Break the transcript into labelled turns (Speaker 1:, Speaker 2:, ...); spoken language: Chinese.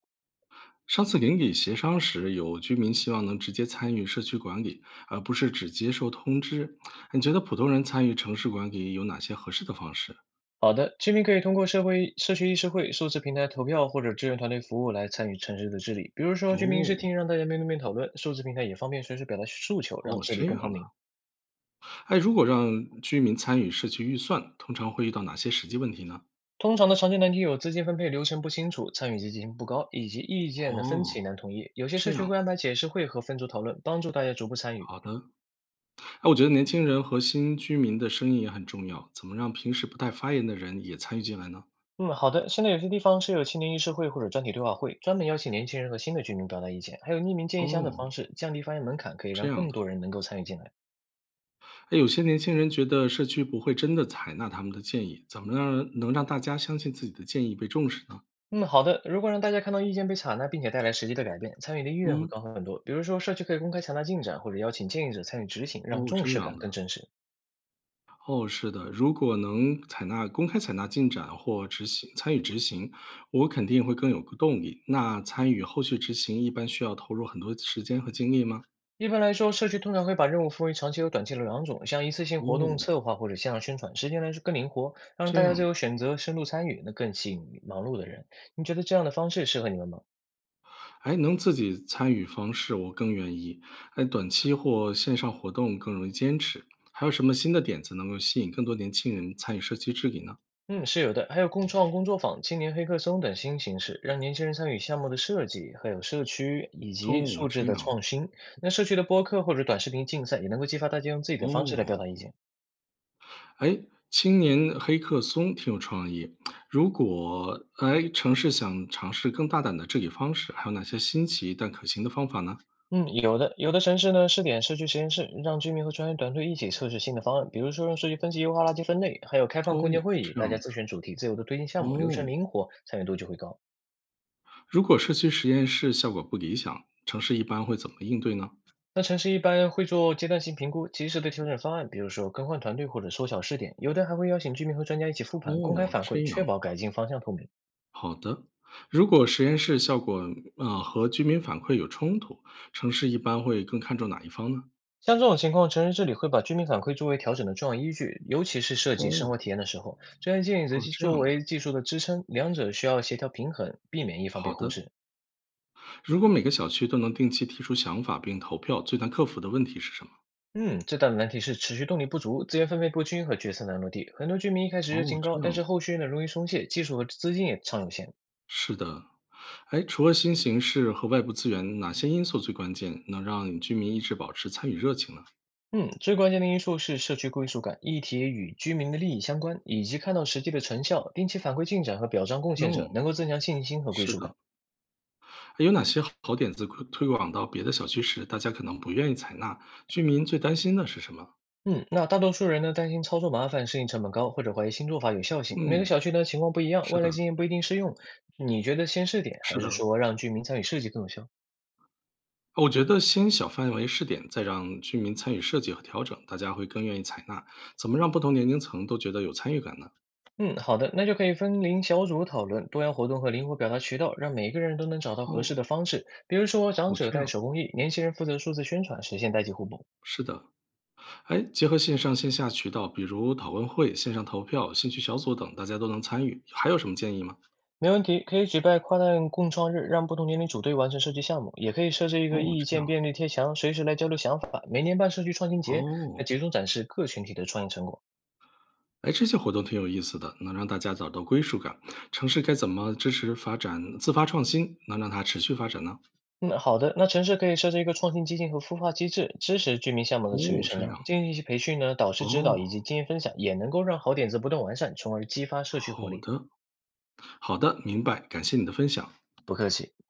Speaker 1: 上次邻里协商时，有居民希望能直接参与社区管理，而不是只接受通知。你觉得普通人参与城市管理有哪些合适的方式？
Speaker 2: 好的，居民可以通过社会社区议事会、数字平台投票或者志愿团队服务来参与城市的治理。比如说，居民议
Speaker 1: 哦
Speaker 2: 事厅让大家面对面讨论，数字平台也方便随时表达诉求，让
Speaker 1: 哦，
Speaker 2: 治理
Speaker 1: 这样
Speaker 2: 更透明。
Speaker 1: 的。哎，如果让居民参与社区预算，通常会遇到哪些实际问题呢？
Speaker 2: 通常的常见难题有资金分配流程不清楚、参与积极性不高，以及意见的分
Speaker 1: 哦，
Speaker 2: 歧难统一。有些
Speaker 1: 这
Speaker 2: 社区
Speaker 1: 样。
Speaker 2: 会安排解释会和分组讨论，帮助大家逐步参与。
Speaker 1: 好的，哎，我觉得年轻人和新居民的声音也很重要。怎么让平时不太发言的人也参与进来呢？
Speaker 2: 嗯，好的。现在有些地方设有青年议事会或者专题对话会，专门邀请年轻人和新的居民表达意见，还有匿名建议箱的
Speaker 1: 哦，
Speaker 2: 方式，降低发言门槛，可以
Speaker 1: 这
Speaker 2: 让
Speaker 1: 样
Speaker 2: 更
Speaker 1: 的。
Speaker 2: 多人能够参与进来。
Speaker 1: 哎，有些年轻人觉得社区不会真的采纳他们的建议，怎么让能让大家相信自己的建议被重视呢？
Speaker 2: 嗯，好的。如果让大家看到意见被采纳，并且带来实际的改变，参与的意愿会
Speaker 1: 嗯，
Speaker 2: 高很多。比如说，社区可以公开强调进展，或者邀请建议者参与执行，让
Speaker 1: 哦，
Speaker 2: 重
Speaker 1: 这
Speaker 2: 视
Speaker 1: 样
Speaker 2: 感
Speaker 1: 的，
Speaker 2: 更真实。
Speaker 1: 哦，是的，如果能采纳公开采纳进展或执行参与执行，我肯定会更有个动力。那参与后续执行一般需要投入很多时间和精力吗？
Speaker 2: 一般来说，社区通常会把任务分为长期和短期的两种，像一次性活动
Speaker 1: 哦，
Speaker 2: 策划或者线上宣传，时间来说更灵活，让
Speaker 1: 这
Speaker 2: 大
Speaker 1: 样
Speaker 2: 家自
Speaker 1: 的，
Speaker 2: 由选择、深度参与，那更吸引忙碌的人。你觉得这样的方式适合你们吗？
Speaker 1: 哎，能自己参与方式我更愿意。哎，短期或线上活动更容易坚持。还有什么新的点子能够吸引更多年轻人参与社区治理呢？
Speaker 2: 嗯，是有的，还有共创工作坊、青年黑客松等新形式，让年轻人参与项目的设计，还有社区以及
Speaker 1: 哦，
Speaker 2: 素质
Speaker 1: 这
Speaker 2: 的
Speaker 1: 样，
Speaker 2: 创新。那社区的播客或者短视频竞赛，也能够激发大家用自己的方式来表
Speaker 1: 哦，
Speaker 2: 达意见。
Speaker 1: 哎，青年黑客松挺有创意。如果，哎，城市想尝试更大胆的治理方式，还有哪些新奇但可行的方法呢？
Speaker 2: 嗯，有的，有的城市呢试点社区实验室，让居民和专业团队一起测试新的方案，比如说用数据分析优化垃圾分类，还有开放
Speaker 1: 哦，
Speaker 2: 空间会议，
Speaker 1: 这样
Speaker 2: 大家自
Speaker 1: 的，
Speaker 2: 选主题，自由的推进项目，流
Speaker 1: 哦，
Speaker 2: 程灵活，参与度就会高。
Speaker 1: 如果社区实验室效果不理想，城市一般会怎么应对呢？
Speaker 2: 那城市一般会做阶段性评估，及时的调整方案，比如说更换团队或者缩小试点，有的还会邀请居民和专家一起复盘，公开
Speaker 1: 哦，
Speaker 2: 反
Speaker 1: 这
Speaker 2: 馈，
Speaker 1: 样，
Speaker 2: 确保改进方向透明。
Speaker 1: 好的。如果实验室效果，和居民反馈有冲突，城市一般会更看重哪一方呢？
Speaker 2: 像这种情况，城市治理会把居民反馈作为调整的重要依据，尤其是设计生
Speaker 1: 哦，
Speaker 2: 活体验的时候，专业建议则
Speaker 1: 哦，
Speaker 2: 是
Speaker 1: 这
Speaker 2: 作
Speaker 1: 样的，
Speaker 2: 为技术的支撑，两者需要协调平衡，避免一方被
Speaker 1: 好
Speaker 2: 忽
Speaker 1: 的。
Speaker 2: 视。
Speaker 1: 如果每个小区都能定期提出想法并投票，最难克服的问题是什么？
Speaker 2: 嗯，最大的难题是持续动力不足、资源分配不均和决策难落地。很多居民一开始热
Speaker 1: 哦，
Speaker 2: 情
Speaker 1: 这
Speaker 2: 高，但
Speaker 1: 样
Speaker 2: 是
Speaker 1: 的，
Speaker 2: 后续呢容易松懈，技术和资金也常有限。
Speaker 1: 是的。哎，除了新形式和外部资源，哪些因素最关键，能让居民一直保持参与热情呢？
Speaker 2: 嗯，最关键的因素是社区归属感，议题与居民的利益相关，以及看到实际的成效，定期反馈进展和表彰贡
Speaker 1: n
Speaker 2: 献
Speaker 1: o
Speaker 2: 者，能够增强信心和归
Speaker 1: 是
Speaker 2: 属感。
Speaker 1: 的。哎有哪些好点子推广到别的小区时，大家可能不愿意采纳？居民最担心的是什么？
Speaker 2: 嗯，那大多数人呢担心操作麻烦、适应成本高，或者怀疑新做法有效性。每个
Speaker 1: 嗯，
Speaker 2: 小区呢情况不一样，
Speaker 1: 是
Speaker 2: 外来
Speaker 1: 的，
Speaker 2: 经验不一定适用。你觉得先试点，
Speaker 1: 是
Speaker 2: 还是
Speaker 1: 的。
Speaker 2: 说让居民参与设计更有效？
Speaker 1: 我觉得先小范围试点，再让居民参与设计和调整，大家会更愿意采纳。怎么让不同年龄层都觉得有参与感呢？
Speaker 2: 嗯，好的，那就可以分龄小组讨论，多样活动和灵活表达渠道，让每个人都能找到合
Speaker 1: 哦，
Speaker 2: 适的方式。比如说，长
Speaker 1: 哦，
Speaker 2: 者
Speaker 1: 这样。
Speaker 2: 带手工艺，年轻人负责数字宣传，实现代际互补。
Speaker 1: 是的，哎，结合线上线下渠道，比如讨论会、线上投票、兴趣小组等，大家都能参与。还有什么建议吗？
Speaker 2: 没问题，可以举办跨代共创日，让不同年龄组队完成设计项目，也可以设置一
Speaker 1: 哦，
Speaker 2: 个意
Speaker 1: 这样
Speaker 2: 见便利贴墙，随时来交流想法。每年办社区创新节，
Speaker 1: 哦，
Speaker 2: 那集中展示各群体的创业成果。
Speaker 1: 哎，这些活动挺有意思的，能让大家找到归属感。城市该怎么支持发展自发创新，能让它持续发展呢？
Speaker 2: 嗯，好的，那城市可以设置一个创新基金和孵化机制，支持居民项目的持
Speaker 1: 哦，
Speaker 2: 续成
Speaker 1: 这样
Speaker 2: 长。进行一些培训呢，导师指
Speaker 1: 哦，
Speaker 2: 导以及经验分享，也能够让好点子不断完善，从而激发社区活
Speaker 1: 好
Speaker 2: 力。
Speaker 1: 的，好的，明白，感谢你的分享。
Speaker 2: 不客气。